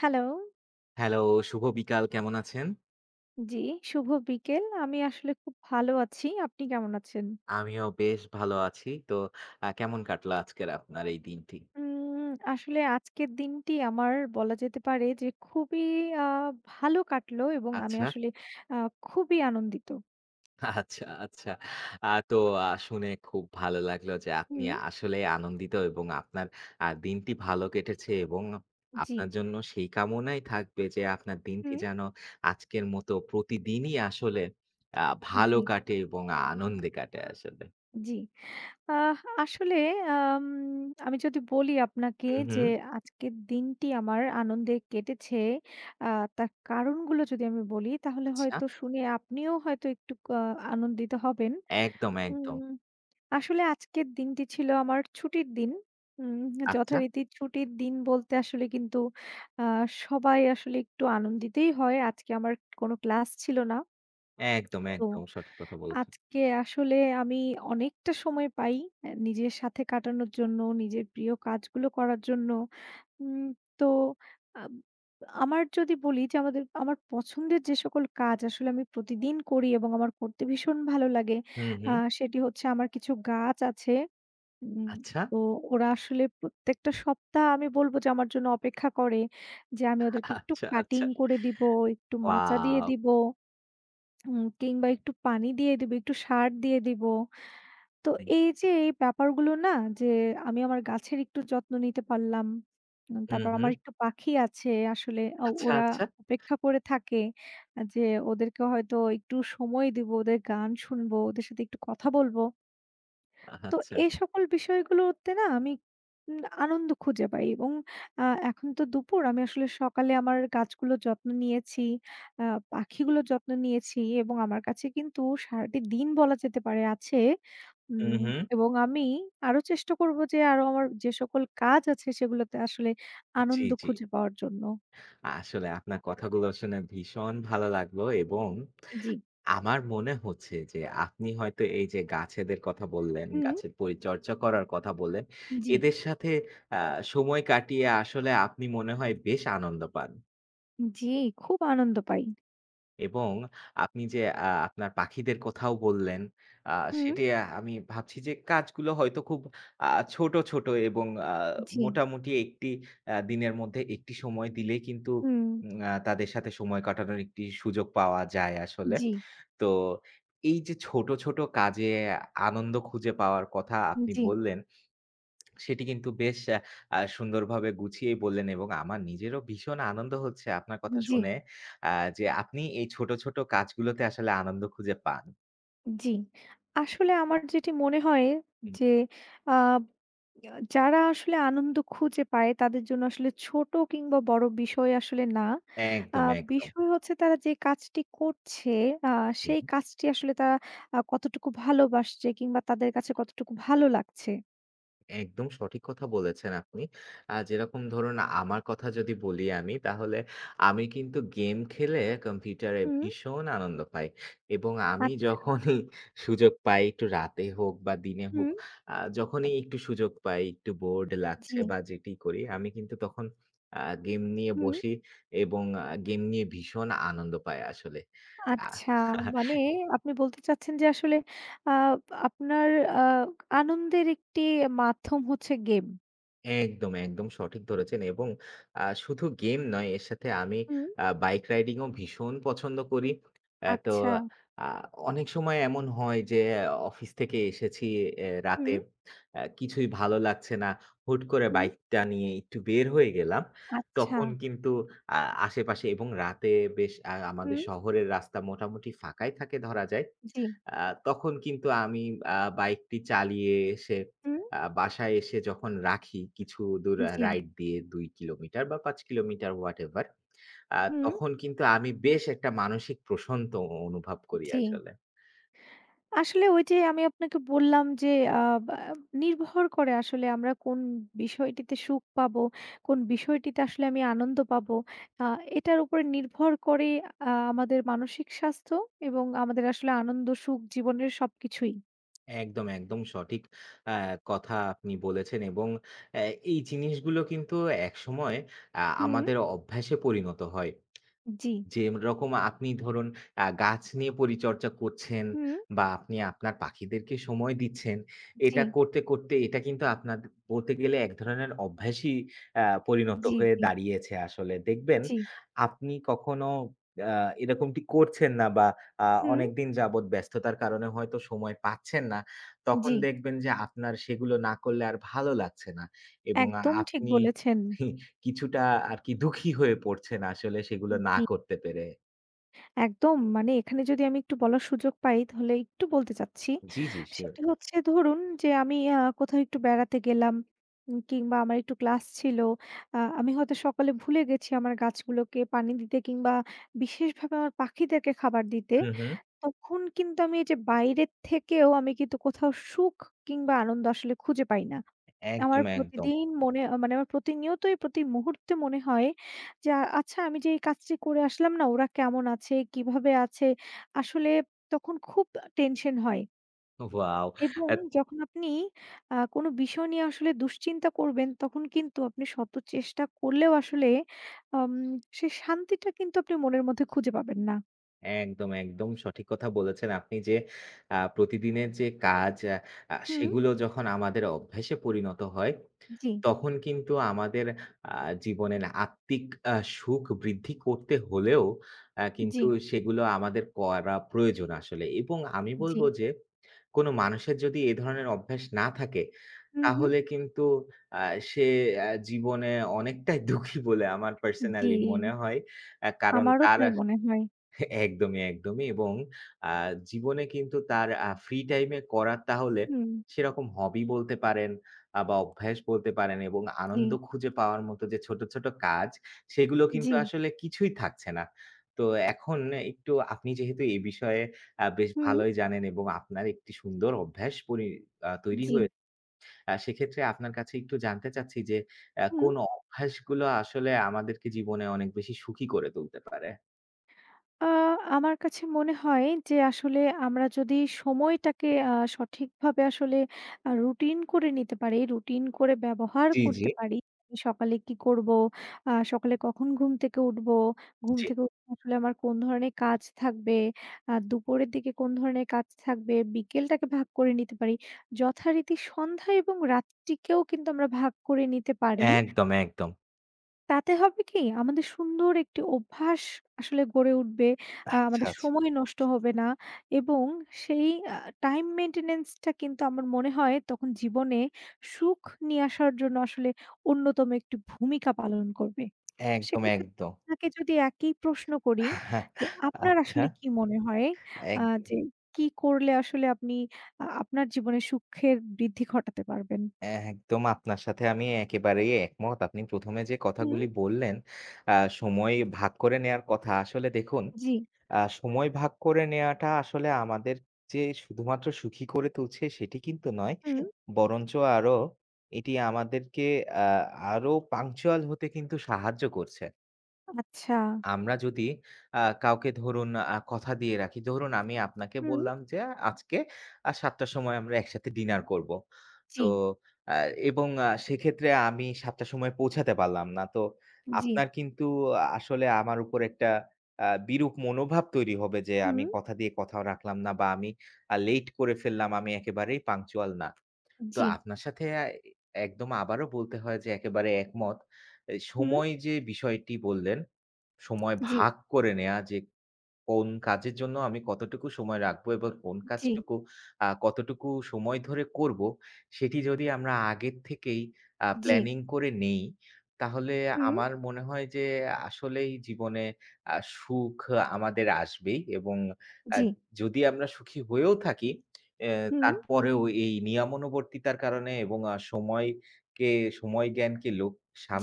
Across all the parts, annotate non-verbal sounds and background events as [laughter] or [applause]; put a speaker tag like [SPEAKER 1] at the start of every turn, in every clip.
[SPEAKER 1] Hello,
[SPEAKER 2] hello, শুভ বিকাল। কেমন আছেন?
[SPEAKER 1] জি, শুভ বিকেল। আমি আসলে খুব ভালো আছি। আপনি কেমন আছেন?
[SPEAKER 2] আমিও বেশ ভালো আছি। তো কেমন কাটলো আজকের আপনার এই দিনটি?
[SPEAKER 1] উম আসলে আজকের দিনটি আমার বলা যেতে পারে যে খুবই আ ভালো কাটলো এবং আমি
[SPEAKER 2] আচ্ছা,
[SPEAKER 1] আসলে আ খুবই আনন্দিত।
[SPEAKER 2] আচ্ছা, আচ্ছা। তো শুনে খুব ভালো লাগলো যে আপনি
[SPEAKER 1] হুম,
[SPEAKER 2] আসলেই আনন্দিত এবং আপনার দিনটি ভালো কেটেছে এবং
[SPEAKER 1] জি,
[SPEAKER 2] আপনার জন্য সেই কামনাই থাকবে যে আপনার দিনটি
[SPEAKER 1] হুম,
[SPEAKER 2] যেন আজকের মতো প্রতিদিনই আসলে আ ভালো
[SPEAKER 1] জি,
[SPEAKER 2] কাটে এবং আনন্দে কাটে আসলে।
[SPEAKER 1] জি। আহ আসলে আম আমি যদি বলি আপনাকে
[SPEAKER 2] হুম,
[SPEAKER 1] যে
[SPEAKER 2] হুম।
[SPEAKER 1] আজকের দিনটি আমার আনন্দে কেটেছে, আ তার কারণগুলো যদি আমি বলি তাহলে
[SPEAKER 2] আচ্ছা।
[SPEAKER 1] হয়তো শুনে আপনিও হয়তো একটু আনন্দিত হবেন।
[SPEAKER 2] একদম, একদম।
[SPEAKER 1] হুম, আসলে আজকের দিনটি ছিল আমার ছুটির দিন। উম
[SPEAKER 2] আচ্ছা।
[SPEAKER 1] যথারীতি ছুটির দিন বলতে আসলে কিন্তু আ সবাই আসলে একটু আনন্দিতই হয়। আজকে আমার কোনো ক্লাস ছিল না।
[SPEAKER 2] একদম,
[SPEAKER 1] তো
[SPEAKER 2] একদম সঠিক কথা বলেছেন।
[SPEAKER 1] আজকে আসলে আমি অনেকটা সময় পাই নিজের সাথে কাটানোর জন্য, নিজের প্রিয় কাজগুলো করার জন্য। উম তো আব আমার যদি বলি যে আমাদের আমার পছন্দের যে সকল কাজ আসলে আমি প্রতিদিন করি এবং আমার করতে ভীষণ ভালো লাগে।
[SPEAKER 2] হুম,
[SPEAKER 1] আ
[SPEAKER 2] হুম।
[SPEAKER 1] সেটি হচ্ছে আমার কিছু গাছ আছে। উম
[SPEAKER 2] আচ্ছা,
[SPEAKER 1] তো ওরা আসলে প্রত্যেকটা সপ্তাহ আমি বলবো যে আমার জন্য অপেক্ষা করে। যে আমি ওদেরকে একটু
[SPEAKER 2] আচ্ছা,
[SPEAKER 1] কাটিং
[SPEAKER 2] আচ্ছা।
[SPEAKER 1] করে দিব, একটু মাচা দিয়ে
[SPEAKER 2] ওয়াও!
[SPEAKER 1] দিব, কিংবা একটু পানি দিয়ে দিব, একটু সার দিয়ে দিব। তো
[SPEAKER 2] হুম,
[SPEAKER 1] এই যে এই ব্যাপারগুলো না যে আমি আমার গাছের একটু যত্ন নিতে পারলাম।
[SPEAKER 2] হুম,
[SPEAKER 1] তারপর
[SPEAKER 2] হুম।
[SPEAKER 1] আমার একটু পাখি আছে আসলে
[SPEAKER 2] আচ্ছা,
[SPEAKER 1] ওরা
[SPEAKER 2] আচ্ছা,
[SPEAKER 1] অপেক্ষা করে থাকে যে ওদেরকে হয়তো একটু সময় দিব, ওদের গান শুনবো, ওদের সাথে একটু কথা বলবো। তো
[SPEAKER 2] আচ্ছা।
[SPEAKER 1] এই সকল বিষয়গুলোতে না আমি আনন্দ খুঁজে পাই এবং আ এখন তো দুপুর আমি আসলে সকালে আমার গাছগুলোর যত্ন নিয়েছি, আ পাখিগুলোর যত্ন নিয়েছি এবং আমার কাছে কিন্তু সারাটি দিন বলা যেতে পারে আছে
[SPEAKER 2] হুম,
[SPEAKER 1] উম
[SPEAKER 2] হুম।
[SPEAKER 1] এবং আমি আরো চেষ্টা করব যে আরো আমার যে সকল কাজ আছে সেগুলোতে আসলে
[SPEAKER 2] জি,
[SPEAKER 1] আনন্দ
[SPEAKER 2] জি।
[SPEAKER 1] খুঁজে পাওয়ার জন্য।
[SPEAKER 2] আসলে আপনার কথাগুলো শুনে ভীষণ ভালো লাগলো এবং
[SPEAKER 1] জি।
[SPEAKER 2] আমার মনে হচ্ছে যে আপনি হয়তো এই যে গাছেদের কথা বললেন,
[SPEAKER 1] হুম।
[SPEAKER 2] গাছের পরিচর্যা করার কথা বললেন,
[SPEAKER 1] জি,
[SPEAKER 2] এদের সাথে আ সময় কাটিয়ে আসলে আপনি মনে হয় বেশ আনন্দ পান।
[SPEAKER 1] জি, খুব আনন্দ পাই।
[SPEAKER 2] এবং আপনি যে আপনার পাখিদের কথাও বললেন, আ
[SPEAKER 1] হুম।
[SPEAKER 2] সেটি আমি ভাবছি যে কাজগুলো হয়তো খুব আ ছোট, ছোট এবং
[SPEAKER 1] জি,
[SPEAKER 2] মোটামুটি একটি দিনের মধ্যে একটি সময় দিলেই কিন্তু
[SPEAKER 1] হুম,
[SPEAKER 2] উম আ তাদের সাথে সময় কাটানোর একটি সুযোগ পাওয়া যায় আসলে।
[SPEAKER 1] জি,
[SPEAKER 2] তো এই যে ছোট, ছোট কাজে আনন্দ খুঁজে পাওয়ার কথা আপনি
[SPEAKER 1] জি,
[SPEAKER 2] বললেন সেটি কিন্তু বেশ আ আ সুন্দরভাবে গুছিয়েই বললেন এবং আমার নিজেরও ভীষণ আনন্দ হচ্ছে আপনার কথা
[SPEAKER 1] জি,
[SPEAKER 2] শুনে আ যে আপনি এই ছোট, ছোট কাজগুলোতে আসলে আনন্দ খুঁজে পান।
[SPEAKER 1] জি। আসলে আমার যেটি মনে হয়
[SPEAKER 2] হুম,
[SPEAKER 1] যে আ আ যারা আসলে আনন্দ খুঁজে পায় তাদের জন্য আসলে ছোট কিংবা বড় বিষয় আসলে না। আ
[SPEAKER 2] একদম, একদম।
[SPEAKER 1] বিষয় হচ্ছে তারা যে কাজটি করছে আ
[SPEAKER 2] জি।
[SPEAKER 1] সেই কাজটি আসলে তারা কতটুকু ভালোবাসছে কিংবা তাদের কাছে কতটুকু ভালো লাগছে।
[SPEAKER 2] একদম সঠিক কথা বলেছেন আপনি। যেরকম ধরুন আমার কথা যদি বলি আমি, তাহলে আমি কিন্তু গেম খেলে কম্পিউটারে
[SPEAKER 1] হুম।
[SPEAKER 2] ভীষণ আনন্দ পাই। এবং আমি
[SPEAKER 1] আচ্ছা।
[SPEAKER 2] যখনই সুযোগ পাই একটু রাতে হোক বা দিনে হোক,
[SPEAKER 1] হুম।
[SPEAKER 2] যখনই একটু সুযোগ পাই, একটু বোর্ড লাগছে
[SPEAKER 1] জি।
[SPEAKER 2] বা যেটি করি, আমি কিন্তু তখন গেম নিয়ে
[SPEAKER 1] হুম।
[SPEAKER 2] বসি এবং গেম নিয়ে ভীষণ আনন্দ পাই আসলে। আ
[SPEAKER 1] আচ্ছা। মানে আপনি বলতে চাচ্ছেন যে আসলে আ আপনার আ আনন্দের একটি মাধ্যম হচ্ছে গেম।
[SPEAKER 2] একদম, একদম সঠিক ধরেছেন এবং শুধু গেম নয় এর সাথে আমি
[SPEAKER 1] হুম।
[SPEAKER 2] বাইক রাইডিং ও ভীষণ পছন্দ করি। তো
[SPEAKER 1] আচ্ছা।
[SPEAKER 2] আ অনেক সময় এমন হয় যে অফিস থেকে এসেছি এ রাতে
[SPEAKER 1] হুম,
[SPEAKER 2] কিছুই ভালো লাগছে না। হুট করে
[SPEAKER 1] হুম।
[SPEAKER 2] বাইকটা নিয়ে একটু বের হয়ে গেলাম।
[SPEAKER 1] আচ্ছা।
[SPEAKER 2] তখন কিন্তু আ আশেপাশে এবং রাতে বেশ আমাদের
[SPEAKER 1] হুম।
[SPEAKER 2] শহরের রাস্তা মোটামুটি ফাঁকাই থাকে ধরা যায়।
[SPEAKER 1] জি,
[SPEAKER 2] আ তখন কিন্তু আমি বাইকটি চালিয়ে এসে
[SPEAKER 1] হুম।
[SPEAKER 2] বাসায় এসে যখন রাখি কিছু দূর
[SPEAKER 1] জি।
[SPEAKER 2] রাইড দিয়ে ২ কিলোমিটার বা ৫ কিলোমিটার হোয়াটেভার।
[SPEAKER 1] হুম,
[SPEAKER 2] তখন কিন্তু আমি বেশ একটা মানসিক প্রশান্ত অনুভব করি
[SPEAKER 1] জি।
[SPEAKER 2] আসলে।
[SPEAKER 1] আসলে ওই যে আমি আপনাকে বললাম যে আ বা নির্ভর করে আসলে আমরা কোন বিষয়টিতে সুখ পাবো, কোন বিষয়টিতে আসলে আমি আনন্দ পাবো। আ এটার উপরে নির্ভর করে আমাদের মানসিক স্বাস্থ্য এবং আমাদের আসলে আনন্দ, সুখ জীবনের সবকিছুই।
[SPEAKER 2] একদম, একদম সঠিক আ কথা আপনি বলেছেন এবং অ্যা এই জিনিসগুলো কিন্তু একসময়
[SPEAKER 1] হুম,
[SPEAKER 2] আমাদের অভ্যাসে পরিণত হয়।
[SPEAKER 1] জি,
[SPEAKER 2] যেরকম আপনি ধরুন গাছ নিয়ে পরিচর্যা করছেন
[SPEAKER 1] হুম,
[SPEAKER 2] বা আপনি আপনার পাখিদেরকে সময় দিচ্ছেন।
[SPEAKER 1] জি,
[SPEAKER 2] এটা করতে, করতে এটা কিন্তু আপনার বলতে গেলে এক ধরনের অভ্যাসই পরিণত
[SPEAKER 1] জি,
[SPEAKER 2] হয়ে
[SPEAKER 1] জি,
[SPEAKER 2] দাঁড়িয়েছে আসলে। দেখবেন
[SPEAKER 1] জি,
[SPEAKER 2] আপনি কখনো আ এরকমটি করছেন না বা আ
[SPEAKER 1] হুম,
[SPEAKER 2] অনেকদিন যাবৎ ব্যস্ততার কারণে হয়তো সময় পাচ্ছেন না। তখন
[SPEAKER 1] জি।
[SPEAKER 2] দেখবেন যে আপনার সেগুলো না করলে আর ভালো লাগছে না এবং
[SPEAKER 1] একদম ঠিক
[SPEAKER 2] আপনি
[SPEAKER 1] বলেছেন।
[SPEAKER 2] [laughs] কিছুটা আরকি দুঃখী হয়ে পড়ছেন আসলে সেগুলো না
[SPEAKER 1] জি।
[SPEAKER 2] করতে পেরে।
[SPEAKER 1] একদম। মানে এখানে যদি আমি একটু বলার সুযোগ পাই তাহলে একটু বলতে চাচ্ছি।
[SPEAKER 2] জি, জি, শিওর।
[SPEAKER 1] সেটা হচ্ছে ধরুন যে আমি কোথাও একটু বেড়াতে গেলাম কিংবা আমার একটু ক্লাস ছিল। আমি হয়তো সকালে ভুলে গেছি আমার গাছগুলোকে পানি দিতে কিংবা বিশেষভাবে আমার পাখিদেরকে খাবার দিতে।
[SPEAKER 2] হু, হু।
[SPEAKER 1] তখন কিন্তু আমি এই যে বাইরের থেকেও আমি কিন্তু কোথাও সুখ কিংবা আনন্দ আসলে খুঁজে পাই না। আমার
[SPEAKER 2] একদম, একদম।
[SPEAKER 1] প্রতিদিন মনে মানে আমার প্রতিনিয়তই প্রতি মুহূর্তে মনে হয় যে, আচ্ছা আমি যে এই কাজটি করে আসলাম না ওরা কেমন আছে? কিভাবে আছে? আসলে তখন খুব টেনশন হয়
[SPEAKER 2] ওয়াও!
[SPEAKER 1] এবং
[SPEAKER 2] এত
[SPEAKER 1] যখন আপনি কোনো বিষয় নিয়ে আসলে দুশ্চিন্তা করবেন তখন কিন্তু আপনি শত চেষ্টা করলেও আসলে আম সে শান্তিটা কিন্তু আপনি মনের মধ্যে খুঁজে পাবেন না।
[SPEAKER 2] একদম, একদম সঠিক কথা বলেছেন আপনি যে প্রতিদিনের যে কাজ আ আ
[SPEAKER 1] হুম,
[SPEAKER 2] সেগুলো যখন আমাদের অভ্যাসে পরিণত হয়,
[SPEAKER 1] জি,
[SPEAKER 2] তখন কিন্তু আমাদের আ জীবনের আত্মিক আ সুখ বৃদ্ধি করতে হলেও
[SPEAKER 1] জি,
[SPEAKER 2] কিন্তু সেগুলো আমাদের করা প্রয়োজন আসলে। এবং আমি
[SPEAKER 1] জি।
[SPEAKER 2] বলব যে কোনো মানুষের যদি এ ধরনের অভ্যাস না থাকে,
[SPEAKER 1] হুম, হুম,
[SPEAKER 2] তাহলে কিন্তু আ সে জীবনে অনেকটাই [laughs] দুঃখী বলে আমার
[SPEAKER 1] জি।
[SPEAKER 2] পার্সোনালি মনে হয়। কারণ
[SPEAKER 1] আমারও
[SPEAKER 2] তার
[SPEAKER 1] তাই মনে হয়।
[SPEAKER 2] একদমই, একদমই এবং আ জীবনে কিন্তু তার ফ্রি টাইমে করার তাহলে
[SPEAKER 1] হুম,
[SPEAKER 2] সেরকম হবি বলতে পারেন বা অভ্যাস বলতে পারেন এবং
[SPEAKER 1] জি,
[SPEAKER 2] আনন্দ খুঁজে পাওয়ার মতো যে ছোট, ছোট কাজ সেগুলো
[SPEAKER 1] জি,
[SPEAKER 2] কিন্তু আসলে কিছুই থাকছে না। তো এখন একটু আপনি যেহেতু এই বিষয়ে বেশ
[SPEAKER 1] হুম,
[SPEAKER 2] ভালোই জানেন এবং আপনার একটি সুন্দর অভ্যাস পরি আ তৈরি
[SPEAKER 1] জি।
[SPEAKER 2] হয়ে সেক্ষেত্রে আপনার কাছে একটু জানতে চাচ্ছি যে
[SPEAKER 1] হুম,
[SPEAKER 2] কোন অভ্যাসগুলো আসলে আমাদেরকে জীবনে অনেক বেশি সুখী করে তুলতে পারে?
[SPEAKER 1] আ আমার কাছে মনে হয় যে আসলে আমরা যদি সময়টাকে সঠিকভাবে আসলে রুটিন করে নিতে পারি, রুটিন করে ব্যবহার
[SPEAKER 2] জি, জি।
[SPEAKER 1] করতে পারি। সকালে কি করব? সকালে কখন ঘুম থেকে উঠব? ঘুম
[SPEAKER 2] জি।
[SPEAKER 1] থেকে উঠে আসলে আমার কোন ধরনের কাজ থাকবে? দুপুরের দিকে কোন ধরনের কাজ থাকবে? বিকেলটাকে ভাগ করে নিতে পারি। যথারীতি সন্ধ্যা এবং রাত্রিকেও কিন্তু আমরা ভাগ করে নিতে পারি।
[SPEAKER 2] একদম, একদম।
[SPEAKER 1] তাতে হবে কি? আমাদের সুন্দর একটি অভ্যাস আসলে গড়ে উঠবে।
[SPEAKER 2] আচ্ছা,
[SPEAKER 1] আমাদের
[SPEAKER 2] আচ্ছা।
[SPEAKER 1] সময় নষ্ট হবে না এবং সেই আ টাইম মেইনটেন্যান্স টা কিন্তু আমার মনে হয় তখন জীবনে সুখ নিয়ে আসার জন্য আসলে অন্যতম একটি ভূমিকা পালন করবে।
[SPEAKER 2] একদম,
[SPEAKER 1] সেক্ষেত্রে
[SPEAKER 2] একদম।
[SPEAKER 1] আপনাকে যদি একই প্রশ্ন করি যে, আপনার
[SPEAKER 2] আচ্ছা,
[SPEAKER 1] আসলে কি মনে হয়
[SPEAKER 2] এক
[SPEAKER 1] আ যে কি করলে আসলে আপনি আপনার জীবনে সুখের বৃদ্ধি ঘটাতে পারবেন?
[SPEAKER 2] একদম আপনার সাথে আমি একেবারেই একমত। আপনি ১ম এ যে
[SPEAKER 1] হুম,
[SPEAKER 2] কথাগুলি বললেন, আ সময় ভাগ করে নেয়ার কথা। আসলে দেখুন,
[SPEAKER 1] জি,
[SPEAKER 2] সময় ভাগ করে নেয়াটা আসলে আমাদের যে শুধুমাত্র সুখী করে তুলছে সেটি কিন্তু নয়।
[SPEAKER 1] হুম,
[SPEAKER 2] বরঞ্চ আরো এটি আমাদেরকে আ আরো পাংচুয়াল হতে কিন্তু সাহায্য করছে।
[SPEAKER 1] আচ্ছা,
[SPEAKER 2] আমরা যদি কাউকে ধরুন কথা দিয়ে রাখি, ধরুন আমি আপনাকে
[SPEAKER 1] হুম,
[SPEAKER 2] বললাম যে আজকে ৭ঃ০০ র সময় আমরা একসাথে ডিনার করব।
[SPEAKER 1] জি।
[SPEAKER 2] তো আ এবং সেক্ষেত্রে আমি ৭ঃ০০ র সময় পৌঁছাতে পারলাম না। তো
[SPEAKER 1] জি,
[SPEAKER 2] আপনার কিন্তু আসলে আমার উপর একটা বিরূপ মনোভাব তৈরি হবে যে আমি
[SPEAKER 1] হুম,
[SPEAKER 2] কথা দিয়ে কথাও রাখলাম না বা আমি লেট করে ফেললাম। আমি একেবারেই পাংচুয়াল না। তো
[SPEAKER 1] জি,
[SPEAKER 2] আপনার সাথে একদম আবারও বলতে হয় যে একেবারে একমত। এ
[SPEAKER 1] হুম,
[SPEAKER 2] সময় যে বিষয়টি বললেন সময়
[SPEAKER 1] জি,
[SPEAKER 2] ভাগ করে নেয়া যে কোন কাজের জন্য আমি কতটুকু সময় রাখবো এবং হুম। কোন
[SPEAKER 1] জি,
[SPEAKER 2] কাজটুকু কতটুকু সময় ধরে করব, সেটি যদি আমরা আগের থেকেই
[SPEAKER 1] জি,
[SPEAKER 2] প্ল্যানিং করে নেই, তাহলে
[SPEAKER 1] হুম,
[SPEAKER 2] আমার মনে হয় যে আসলেই জীবনে সুখ আমাদের আসবেই এবং আ
[SPEAKER 1] জি,
[SPEAKER 2] যদি আমরা সুখী হয়েও থাকি, এ
[SPEAKER 1] হুম,
[SPEAKER 2] তারপরেও এই নিয়মানুবর্তিতার কারণে এবং সময়কে সময় জ্ঞানকে লোক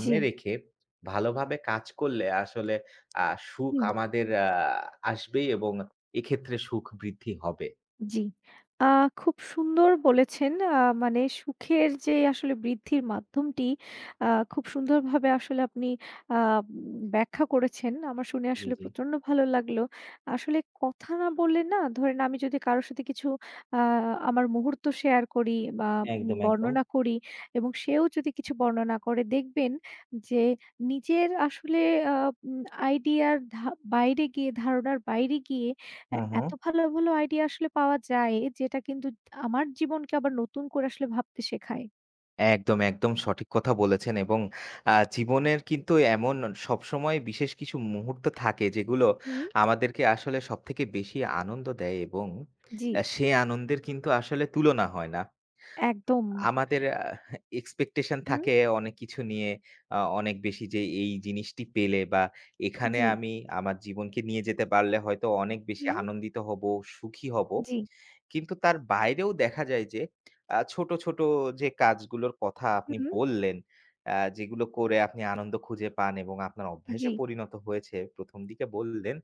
[SPEAKER 1] জি,
[SPEAKER 2] রেখে ভালোভাবে কাজ করলে আসলে আ সুখ
[SPEAKER 1] হুম।
[SPEAKER 2] আমাদের আসবেই এবং এক্ষেত্রে সুখ বৃদ্ধি হবে।
[SPEAKER 1] জি। আ খুব সুন্দর বলেছেন। মানে সুখের যে আসলে বৃদ্ধির মাধ্যমটি আ খুব সুন্দরভাবে আসলে আপনি আ উম ব্যাখ্যা করেছেন। আমার শুনে
[SPEAKER 2] জি,
[SPEAKER 1] আসলে
[SPEAKER 2] জি।
[SPEAKER 1] প্রচন্ড ভালো লাগলো। আসলে কথা না বললে না ধরেন আমি যদি কারো সাথে কিছু আ আমার মুহূর্ত শেয়ার করি বা
[SPEAKER 2] একদম, একদম।
[SPEAKER 1] বর্ণনা করি এবং সেও যদি কিছু বর্ণনা করে দেখবেন যে নিজের আসলে আ উম আইডিয়ার বাইরে গিয়ে ধারণার বাইরে গিয়ে হ্যাঁ,
[SPEAKER 2] হুম, হুম।
[SPEAKER 1] এত ভালো, ভালো আইডিয়া আসলে পাওয়া যায় যেটা কিন্তু আমার জীবনকে আবার নতুন করে আসলে ভাবতে শেখায়।
[SPEAKER 2] একদম, একদম সঠিক কথা বলেছেন এবং জীবনের কিন্তু এমন সবসময় বিশেষ কিছু মুহূর্ত থাকে যেগুলো
[SPEAKER 1] হুম।
[SPEAKER 2] আমাদেরকে আসলে সবথেকে বেশি আনন্দ দেয় এবং
[SPEAKER 1] জি,
[SPEAKER 2] সে আনন্দের কিন্তু আসলে তুলনা হয় না।
[SPEAKER 1] একদম।
[SPEAKER 2] আমাদের expectation
[SPEAKER 1] হুম।
[SPEAKER 2] থাকে অনেক কিছু নিয়ে, অনেক বেশি যে এই জিনিসটি পেলে বা এখানে
[SPEAKER 1] জি,
[SPEAKER 2] আমি আমার জীবনকে নিয়ে যেতে পারলে হয়তো অনেক বেশি
[SPEAKER 1] হুম।
[SPEAKER 2] আনন্দিত হব, সুখী হব।
[SPEAKER 1] জি,
[SPEAKER 2] কিন্তু তার বাইরেও দেখা যায় যে ছোট, ছোট যে কাজগুলোর কথা আপনি
[SPEAKER 1] হুম।
[SPEAKER 2] বললেন, যেগুলো করে আপনি আনন্দ খুঁজে পান এবং আপনার
[SPEAKER 1] জি,
[SPEAKER 2] অভ্যাসে পরিণত হয়েছে ১ম দিকে বললেন।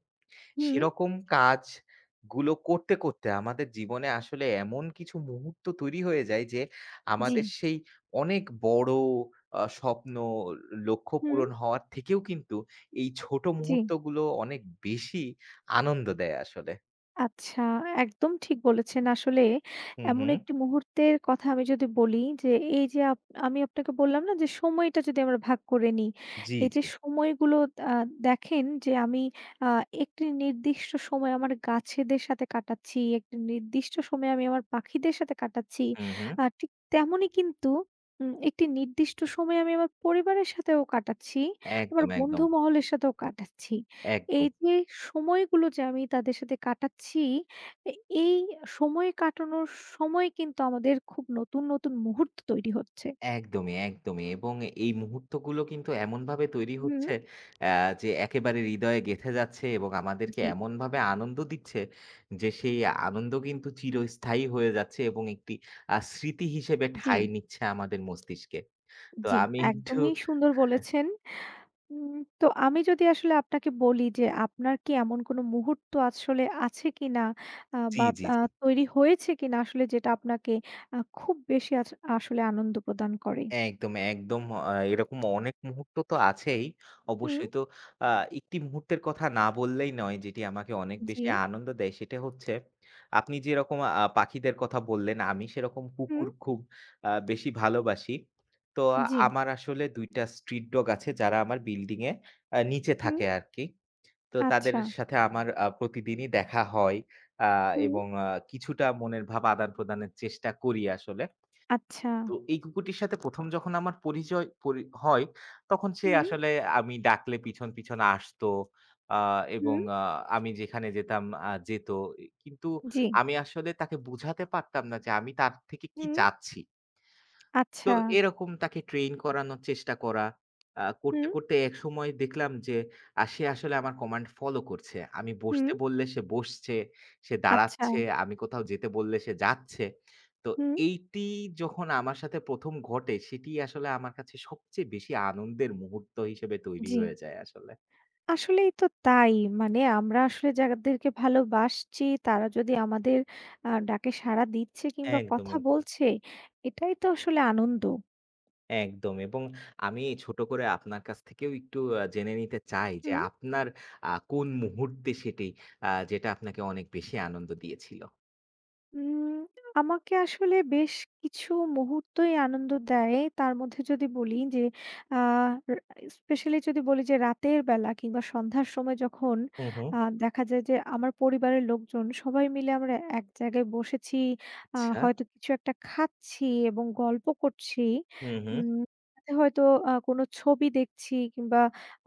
[SPEAKER 1] হুম।
[SPEAKER 2] সেরকম কাজগুলো করতে, করতে আমাদের জীবনে আসলে এমন কিছু মুহূর্ত তৈরি হয়ে যায় যে,
[SPEAKER 1] জি,
[SPEAKER 2] আমাদের সেই অনেক বড় স্বপ্ন, লক্ষ্য
[SPEAKER 1] হুম।
[SPEAKER 2] পূরণ হওয়ার থেকেও কিন্তু এই ছোট
[SPEAKER 1] জি।
[SPEAKER 2] মুহূর্তগুলো অনেক বেশি আনন্দ দেয় আসলে।
[SPEAKER 1] আচ্ছা, একদম ঠিক বলেছেন। আসলে
[SPEAKER 2] হুম,
[SPEAKER 1] এমন
[SPEAKER 2] হুম।
[SPEAKER 1] একটি মুহূর্তের কথা আমি যদি বলি যে, এই যে আমি আপনাকে বললাম না যে সময়টা যদি আমরা ভাগ করে নিই,
[SPEAKER 2] জি,
[SPEAKER 1] এই যে
[SPEAKER 2] জি।
[SPEAKER 1] সময়গুলো আ দেখেন যে আমি আ একটি নির্দিষ্ট সময় আমার গাছেদের সাথে কাটাচ্ছি, একটি নির্দিষ্ট সময় আমি আমার পাখিদের সাথে কাটাচ্ছি।
[SPEAKER 2] হুম, হুম।
[SPEAKER 1] ঠিক তেমনই কিন্তু একটি নির্দিষ্ট সময় আমি আমার পরিবারের সাথেও কাটাচ্ছি, আমার
[SPEAKER 2] একদম, একদম,
[SPEAKER 1] বন্ধু মহলের সাথেও কাটাচ্ছি। এই
[SPEAKER 2] একদম।
[SPEAKER 1] যে সময়গুলো যে আমি তাদের সাথে কাটাচ্ছি, এ এই সময় কাটানোর সময় কিন্তু আমাদের খুব নতুন, নতুন মুহূর্ত তৈরি হচ্ছে।
[SPEAKER 2] একদমই, একদমই। এবং এই মুহূর্তগুলো কিন্তু এমনভাবে তৈরি
[SPEAKER 1] হুম।
[SPEAKER 2] হচ্ছে অ্যা যে একেবারে হৃদয়ে গেঁথে যাচ্ছে এবং আমাদেরকে
[SPEAKER 1] জি,
[SPEAKER 2] এমনভাবে আনন্দ দিচ্ছে যে সেই আনন্দ কিন্তু চিরস্থায়ী হয়ে যাচ্ছে এবং একটি স্মৃতি হিসেবে
[SPEAKER 1] জি,
[SPEAKER 2] ঠাঁই নিচ্ছে আমাদের মস্তিষ্কে। তো
[SPEAKER 1] জি,
[SPEAKER 2] আমি একটু
[SPEAKER 1] একদমই সুন্দর বলেছেন। তো আমি যদি আসলে আপনাকে বলি যে আপনার কি এমন কোনো মুহূর্ত আসলে আছে কিনা
[SPEAKER 2] জি,
[SPEAKER 1] বা
[SPEAKER 2] জি,
[SPEAKER 1] আ
[SPEAKER 2] জি।
[SPEAKER 1] তৈরি হয়েছে কিনা আসলে যেটা আপনাকে খুব বেশি আসলে আনন্দ প্রদান করে?
[SPEAKER 2] একদম, একদম এরকম অনেক মুহূর্ত তো আছেই।
[SPEAKER 1] হুম।
[SPEAKER 2] অবশ্যই তো আ একটি মুহূর্তের কথা না বললেই নয় যেটি আমাকে অনেক
[SPEAKER 1] জি,
[SPEAKER 2] বেশি আনন্দ দেয় সেটা হচ্ছে আপনি যেরকম পাখিদের কথা বললেন আমি সেরকম
[SPEAKER 1] হুম।
[SPEAKER 2] কুকুর খুব বেশি ভালোবাসি। তো
[SPEAKER 1] জি।
[SPEAKER 2] আমার আসলে ২ টা স্ট্রিট ডগ আছে যারা আমার বিল্ডিং এ নিচে
[SPEAKER 1] হুম।
[SPEAKER 2] থাকে আরকি। তো তাদের
[SPEAKER 1] আচ্ছা।
[SPEAKER 2] সাথে আমার প্রতিদিনই দেখা হয় আ
[SPEAKER 1] হুম।
[SPEAKER 2] এবং কিছুটা মনের ভাব আদান-প্রদানের চেষ্টা করি আসলে।
[SPEAKER 1] আচ্ছা।
[SPEAKER 2] তো এই কুকুরটির সাথে ১ম যখন আমার পরিচয় হয়, তখন সে
[SPEAKER 1] হুম,
[SPEAKER 2] আসলে আমি ডাকলে পিছন, পিছন আসতো। আ এবং
[SPEAKER 1] হুম,
[SPEAKER 2] আমি যেখানে যেতাম যেত। কিন্তু
[SPEAKER 1] জি।
[SPEAKER 2] আমি আসলে তাকে বুঝাতে পারতাম না যে আমি তার থেকে কি
[SPEAKER 1] হুম।
[SPEAKER 2] চাচ্ছি। তো
[SPEAKER 1] আচ্ছা।
[SPEAKER 2] এরকম তাকে ট্রেন করানোর চেষ্টা করা। করতে,
[SPEAKER 1] হুম,
[SPEAKER 2] করতে একসময় দেখলাম যে সে আসলে আমার কমান্ড ফলো করছে। আমি
[SPEAKER 1] হুম।
[SPEAKER 2] বসতে বললে সে বসছে, সে
[SPEAKER 1] আচ্ছা।
[SPEAKER 2] দাঁড়াচ্ছে, আমি কোথাও যেতে বললে সে যাচ্ছে। তো
[SPEAKER 1] হুম।
[SPEAKER 2] এইটি যখন আমার সাথে ১ম ঘটে সেটি আসলে আমার কাছে সবচেয়ে বেশি আনন্দের মুহূর্ত হিসেবে তৈরি
[SPEAKER 1] জি।
[SPEAKER 2] হয়ে যায় আসলে।
[SPEAKER 1] আসলেই তো তাই। মানে আমরা আসলে যাদেরকে ভালোবাসছি তারা যদি আমাদের ডাকে সাড়া দিচ্ছে কিংবা
[SPEAKER 2] একদম,
[SPEAKER 1] কথা
[SPEAKER 2] একদম।
[SPEAKER 1] বলছে, এটাই তো আসলে আনন্দ।
[SPEAKER 2] একদম এবং আমি ছোট করে আপনার কাছ থেকেও একটু জেনে নিতে চাই যে
[SPEAKER 1] হুম।
[SPEAKER 2] আপনার কোন মুহূর্তে সেটি যেটা আপনাকে অনেক বেশি আনন্দ দিয়েছিল?
[SPEAKER 1] উম আমাকে আসলে বেশ কিছু মুহূর্তই আনন্দ দেয়। তার মধ্যে যদি বলি যে আ রা স্পেশালি যদি বলি যে রাতের বেলা কিংবা সন্ধ্যার সময় যখন
[SPEAKER 2] হুম, হুম।
[SPEAKER 1] আ দেখা যায় যে আমার পরিবারের লোকজন সবাই মিলে আমরা এক জায়গায় বসেছি,
[SPEAKER 2] আচ্ছা।
[SPEAKER 1] হয়তো কিছু একটা খাচ্ছি এবং গল্প করছি।
[SPEAKER 2] হুম, হুম।
[SPEAKER 1] উম সাথে হয়তো কোনো ছবি দেখছি কিংবা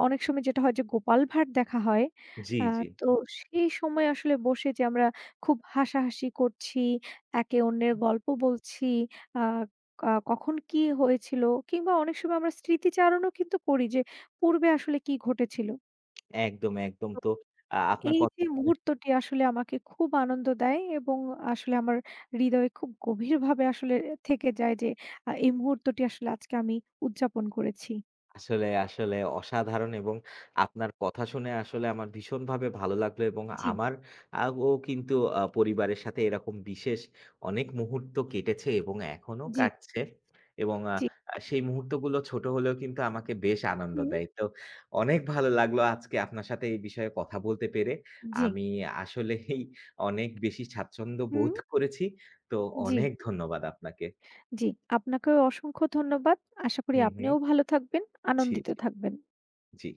[SPEAKER 1] অনেক সময় যেটা হয় যে গোপাল ভাঁড় দেখা হয়।
[SPEAKER 2] জি,
[SPEAKER 1] আ
[SPEAKER 2] জি।
[SPEAKER 1] তো সেই সময় আসলে বসে যে আমরা খুব হাসাহাসি করছি, একে অন্যের গল্প বলছি। আ আ কখন কি হয়েছিল কিংবা অনেক সময় আমরা স্মৃতিচারণও কিন্তু করি যে পূর্বে আসলে কি ঘটেছিল।
[SPEAKER 2] একদম, একদম।
[SPEAKER 1] তো
[SPEAKER 2] তো আপনার
[SPEAKER 1] এই
[SPEAKER 2] কথা
[SPEAKER 1] যে
[SPEAKER 2] শুনে
[SPEAKER 1] মুহূর্তটি আসলে আমাকে খুব আনন্দ দেয় এবং আসলে আমার হৃদয়ে খুব গভীরভাবে আসলে থেকে যায় যে এই মুহূর্তটি আসলে আজকে আমি উদযাপন করেছি।
[SPEAKER 2] আসলে অসাধারণ এবং আপনার কথা শুনে আসলে আমার ভীষণভাবে ভালো লাগলো এবং
[SPEAKER 1] জি,
[SPEAKER 2] আমার আগেও কিন্তু পরিবারের সাথে এরকম বিশেষ অনেক মুহূর্ত কেটেছে এবং এখনো
[SPEAKER 1] জি,
[SPEAKER 2] কাটছে। এবং আ
[SPEAKER 1] জি।
[SPEAKER 2] আ সেই মুহূর্তগুলো ছোট হলেও কিন্তু আমাকে বেশ আনন্দ
[SPEAKER 1] হুম,
[SPEAKER 2] দেয়। তো অনেক ভালো লাগলো আজকে আপনার সাথে এই বিষয়ে কথা বলতে পেরে।
[SPEAKER 1] জি,
[SPEAKER 2] আমি আসলেই অনেক বেশি স্বাচ্ছন্দ্য
[SPEAKER 1] হুম,
[SPEAKER 2] বোধ করেছি। তো
[SPEAKER 1] জি,
[SPEAKER 2] অনেক ধন্যবাদ আপনাকে।
[SPEAKER 1] জি। আপনাকেও অসংখ্য ধন্যবাদ। আশা করি
[SPEAKER 2] হুম, হুম।
[SPEAKER 1] আপনিও ভালো থাকবেন,
[SPEAKER 2] জি,
[SPEAKER 1] আনন্দিত
[SPEAKER 2] জি,
[SPEAKER 1] থাকবেন।
[SPEAKER 2] জি।